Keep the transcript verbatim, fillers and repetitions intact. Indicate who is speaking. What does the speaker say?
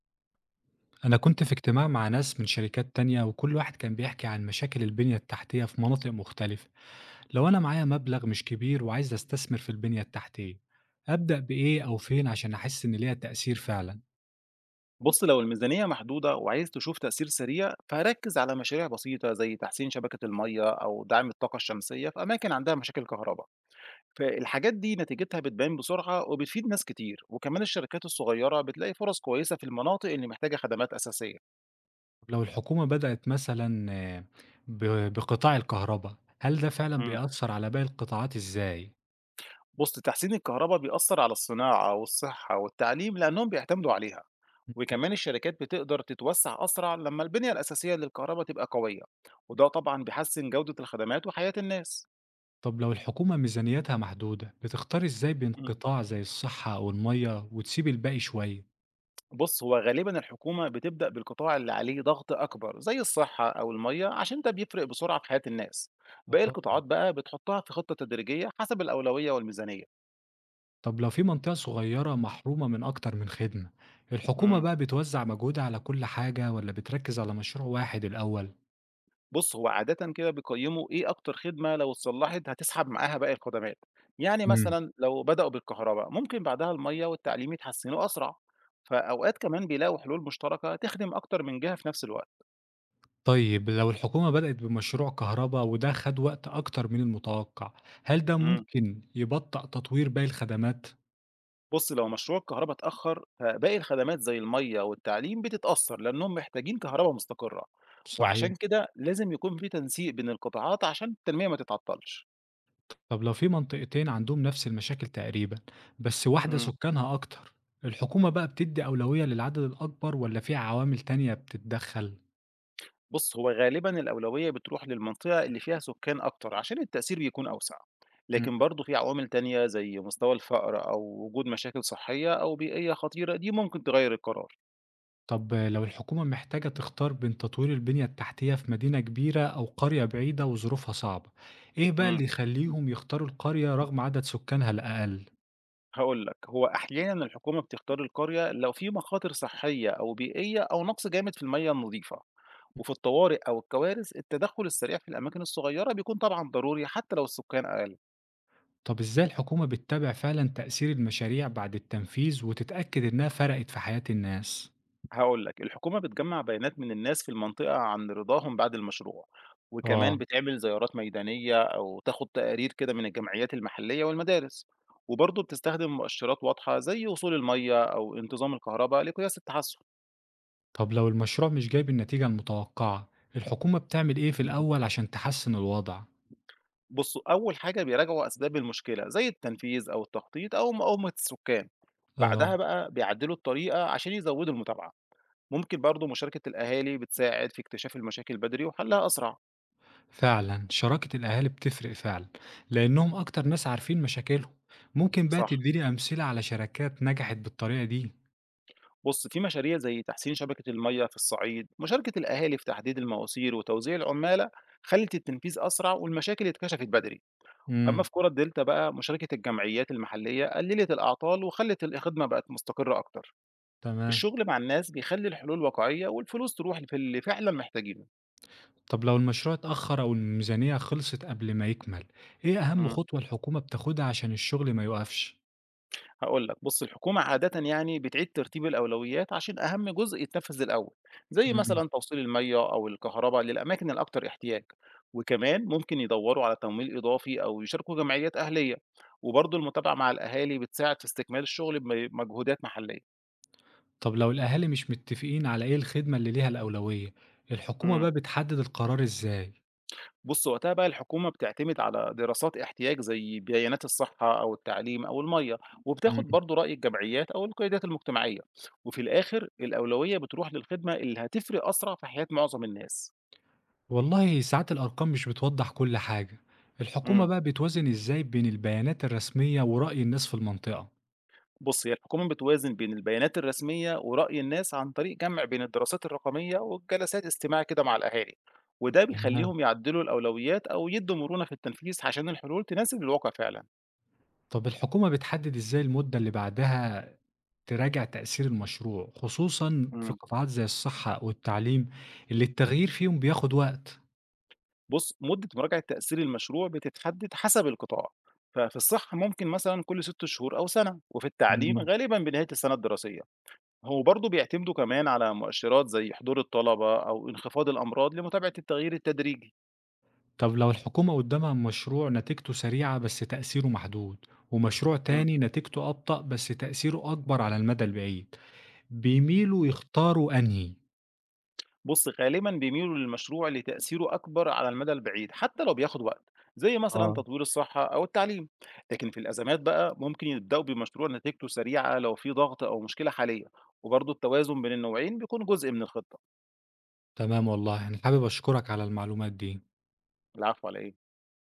Speaker 1: أنا كنت في اجتماع مع ناس من شركات تانية وكل واحد كان بيحكي عن مشاكل البنية التحتية في مناطق مختلفة، لو أنا معايا مبلغ مش كبير وعايز أستثمر في البنية التحتية، أبدأ بإيه أو فين عشان أحس إن ليها تأثير فعلا؟
Speaker 2: بُص، لو الميزانية محدودة وعايز تشوف تأثير سريع، فركّز على مشاريع بسيطة زي تحسين شبكة المَيّة أو دعم الطاقة الشمسية في أماكن عندها مشاكل كهربا. فالحاجات دي نتيجتها بتبان بسرعة وبتفيد ناس كتير، وكمان الشركات الصغيرة بتلاقي فرص كويسة في المناطق اللي محتاجة خدمات أساسية.
Speaker 1: لو الحكومة بدأت مثلا آه، ب- بقطاع الكهرباء، هل ده فعلا
Speaker 2: امم.
Speaker 1: بيأثر على باقي القطاعات إزاي؟
Speaker 2: بُص، تحسين الكهربا بيأثر على الصناعة والصحة والتعليم لأنهم بيعتمدوا عليها، وكمان الشركات بتقدر تتوسع أسرع لما البنية الأساسية للكهربا تبقى قوية، وده طبعًا بيحسّن جودة الخدمات وحياة الناس.
Speaker 1: طب لو الحكومة ميزانيتها محدودة، بتختار إزاي بين
Speaker 2: امم.
Speaker 1: قطاع زي الصحة أو المية وتسيب الباقي شوية؟
Speaker 2: بُص، هو غالبًا الحكومة بتبدأ بالقطاع اللي عليه ضغط أكبر زي الصحة أو المَيّة عشان ده بيفرق بسرعة في حياة الناس، باقي
Speaker 1: آه.
Speaker 2: القطاعات بقى بتحطها في خطة تدريجية حسب الأولوية والميزانية.
Speaker 1: طب لو في منطقة صغيرة محرومة من أكتر من خدمة، الحكومة
Speaker 2: إمم.
Speaker 1: بقى بتوزع مجهودها على كل حاجة ولا بتركز على مشروع واحد الأول؟
Speaker 2: بُص، هو عادةً كده بيقيّموا إيه أكتر خدمة لو اتصلّحت هتسحب معاها باقي الخدمات، يعني
Speaker 1: مم.
Speaker 2: مثلًا لو بدأوا بالكهربا ممكن بعدها المَيّة والتعليم يتحسنوا أسرع، فأوقات كمان بيلاقوا حلول مشتركة تخدم أكتر من جهة في نفس الوقت.
Speaker 1: طيب لو الحكومة بدأت بمشروع كهرباء وده خد وقت أكتر من المتوقع، هل ده
Speaker 2: إمم.
Speaker 1: ممكن يبطأ تطوير باقي الخدمات؟
Speaker 2: بُص، لو مشروع الكهربا اتأخر، فباقي الخدمات زي المَيّة والتعليم بتتأثّر لأنهم محتاجين كهربا مستقرة،
Speaker 1: صحيح.
Speaker 2: وعشان كده لازم يكون في تنسيق بين القطاعات عشان التنمية ما تتعطّلش.
Speaker 1: طب لو في منطقتين عندهم نفس المشاكل تقريبا، بس واحدة
Speaker 2: إمم.
Speaker 1: سكانها أكتر، الحكومة بقى بتدي أولوية للعدد الأكبر ولا في عوامل تانية بتتدخل؟
Speaker 2: بُص، هو غالبًا الأولوية بتروح للمنطقة اللي فيها سكان أكتر عشان التأثير بيكون أوسع، لكن برضه في عوامل تانية زي مستوى الفقر أو وجود مشاكل صحية أو بيئية خطيرة، دي ممكن تغيّر القرار.
Speaker 1: طب لو الحكومة محتاجة تختار بين تطوير البنية التحتية في مدينة كبيرة أو قرية بعيدة وظروفها صعبة، إيه بقى
Speaker 2: إمم.
Speaker 1: اللي يخليهم يختاروا القرية رغم عدد سكانها الأقل؟
Speaker 2: هاقول لك، هو أحيانًا الحكومة بتختار القرية لو في مخاطر صحية أو بيئية أو نقص جامد في المَيّة النضيفة. وفي الطوارئ أو الكوارث التدخل السريع في الأماكن الصغيرة بيكون طبعا ضروري حتى لو السكان أقل.
Speaker 1: طب إزاي الحكومة بتتابع فعلا تأثير المشاريع بعد التنفيذ وتتأكد إنها فرقت في حياة الناس؟
Speaker 2: هقول لك الحكومة بتجمع بيانات من الناس في المنطقة عن رضاهم بعد المشروع، وكمان
Speaker 1: آه.
Speaker 2: بتعمل زيارات ميدانية أو تاخد تقارير كده من الجمعيات المحلية والمدارس، وبرضه بتستخدم مؤشرات واضحة زي وصول المية أو انتظام الكهرباء لقياس التحسن.
Speaker 1: طب لو المشروع مش جايب النتيجة المتوقعة، الحكومة بتعمل إيه في الأول عشان تحسن الوضع؟
Speaker 2: بصوا أول حاجة بيراجعوا أسباب المشكلة زي التنفيذ أو التخطيط أو مقاومة السكان،
Speaker 1: آه.
Speaker 2: بعدها بقى بيعدلوا الطريقة عشان يزودوا المتابعة. ممكن برضه مشاركة الأهالي بتساعد في اكتشاف المشاكل بدري وحلها أسرع.
Speaker 1: فعلا شراكة الأهالي بتفرق فعلا لأنهم أكتر ناس عارفين مشاكلهم. ممكن بقى
Speaker 2: صح.
Speaker 1: تديني أمثلة على شركات نجحت بالطريقة دي.
Speaker 2: بص في مشاريع زي تحسين شبكة المية في الصعيد مشاركة الأهالي في تحديد المواسير وتوزيع العمالة خلت التنفيذ أسرع والمشاكل اتكشفت بدري. أما
Speaker 1: امم.
Speaker 2: في كرة الدلتا بقى مشاركة الجمعيات المحلية قللت الأعطال وخلت الخدمة بقت مستقرة أكتر.
Speaker 1: تمام.
Speaker 2: الشغل مع الناس بيخلي الحلول واقعية والفلوس تروح في اللي فعلا محتاجينه.
Speaker 1: طب لو المشروع اتأخر أو الميزانية خلصت قبل ما يكمل، إيه أهم
Speaker 2: مم.
Speaker 1: خطوة الحكومة بتاخدها عشان الشغل ما يوقفش؟
Speaker 2: هاقول لك، بُص الحكومة عادةً يعني بتعيد ترتيب الأولويات عشان أهم جزء يتنفذ الأول، زي
Speaker 1: مم.
Speaker 2: مثلًا توصيل المَيّة أو الكهربا للأماكن الأكتر احتياج، وكمان ممكن يدوّروا على تمويل إضافي أو يشاركوا جمعيات أهلية، وبرضه المتابعة مع الأهالي بتساعد في استكمال الشغل بم مجهودات محلية.
Speaker 1: طب لو الأهالي مش متفقين على إيه الخدمة اللي ليها الأولوية، الحكومة
Speaker 2: إمم.
Speaker 1: بقى بتحدد القرار إزاي؟
Speaker 2: بُص، وقتها بقى الحكومة بتعتمد على دراسات احتياج زي بيانات الصحة أو التعليم أو المَيّة، وبتاخد برضه رأي الجمعيات أو القيادات المجتمعية، وفي الآخر الأولوية بتروح للخدمة اللي هتفرق أسرع في حياة معظم الناس.
Speaker 1: والله ساعات الأرقام مش بتوضح كل حاجة، الحكومة
Speaker 2: إمم.
Speaker 1: بقى بتوازن إزاي بين البيانات الرسمية ورأي الناس في المنطقة؟
Speaker 2: بُص، هي الحكومة بتوازن بين البيانات الرسمية ورأي الناس عن طريق جمع بين الدراسات الرقمية وجلسات استماع كده مع الأهالي، وده
Speaker 1: تمام.
Speaker 2: بيخليهم يعدلوا الأولويات أو يدّوا مرونة في التنفيذ عشان الحلول تناسب الواقع فعلًا.
Speaker 1: طب الحكومة بتحدد إزاي المدة اللي بعدها تراجع تأثير المشروع خصوصا في
Speaker 2: إمم.
Speaker 1: قطاعات زي الصحة والتعليم اللي التغيير فيهم بياخد وقت؟
Speaker 2: بُص، مدة مراجعة تأثير المشروع بتتحدد حسب القطاع، ففي الصحة ممكن مثلًا كل ست شهور أو سنة، وفي التعليم
Speaker 1: مم.
Speaker 2: غالبًا بنهاية السنة الدراسية. هو برضه بيعتمدوا كمان على مؤشرات زي حضور الطلبة أو انخفاض الأمراض لمتابعة التغيير التدريجي.
Speaker 1: طب لو الحكومة قدامها مشروع نتيجته سريعة بس تأثيره محدود، ومشروع
Speaker 2: امم.
Speaker 1: تاني نتيجته أبطأ بس تأثيره أكبر على المدى البعيد، بيميلوا يختاروا أنهي؟
Speaker 2: بُص، غالبًا بيميلوا للمشروع اللي تأثيره أكبر على المدى البعيد حتى لو بياخد وقت، زي مثلًا
Speaker 1: آه.
Speaker 2: تطوير الصحة أو التعليم. لكن في الأزمات بقى ممكن يبدأوا بمشروع نتيجته سريعة لو في ضغط أو مشكلة حالية، وبرضه التوازن بين النوعين بيكون جزء من الخطة.
Speaker 1: تمام والله، أنا حابب أشكرك على المعلومات دي.
Speaker 2: العفو على إيه؟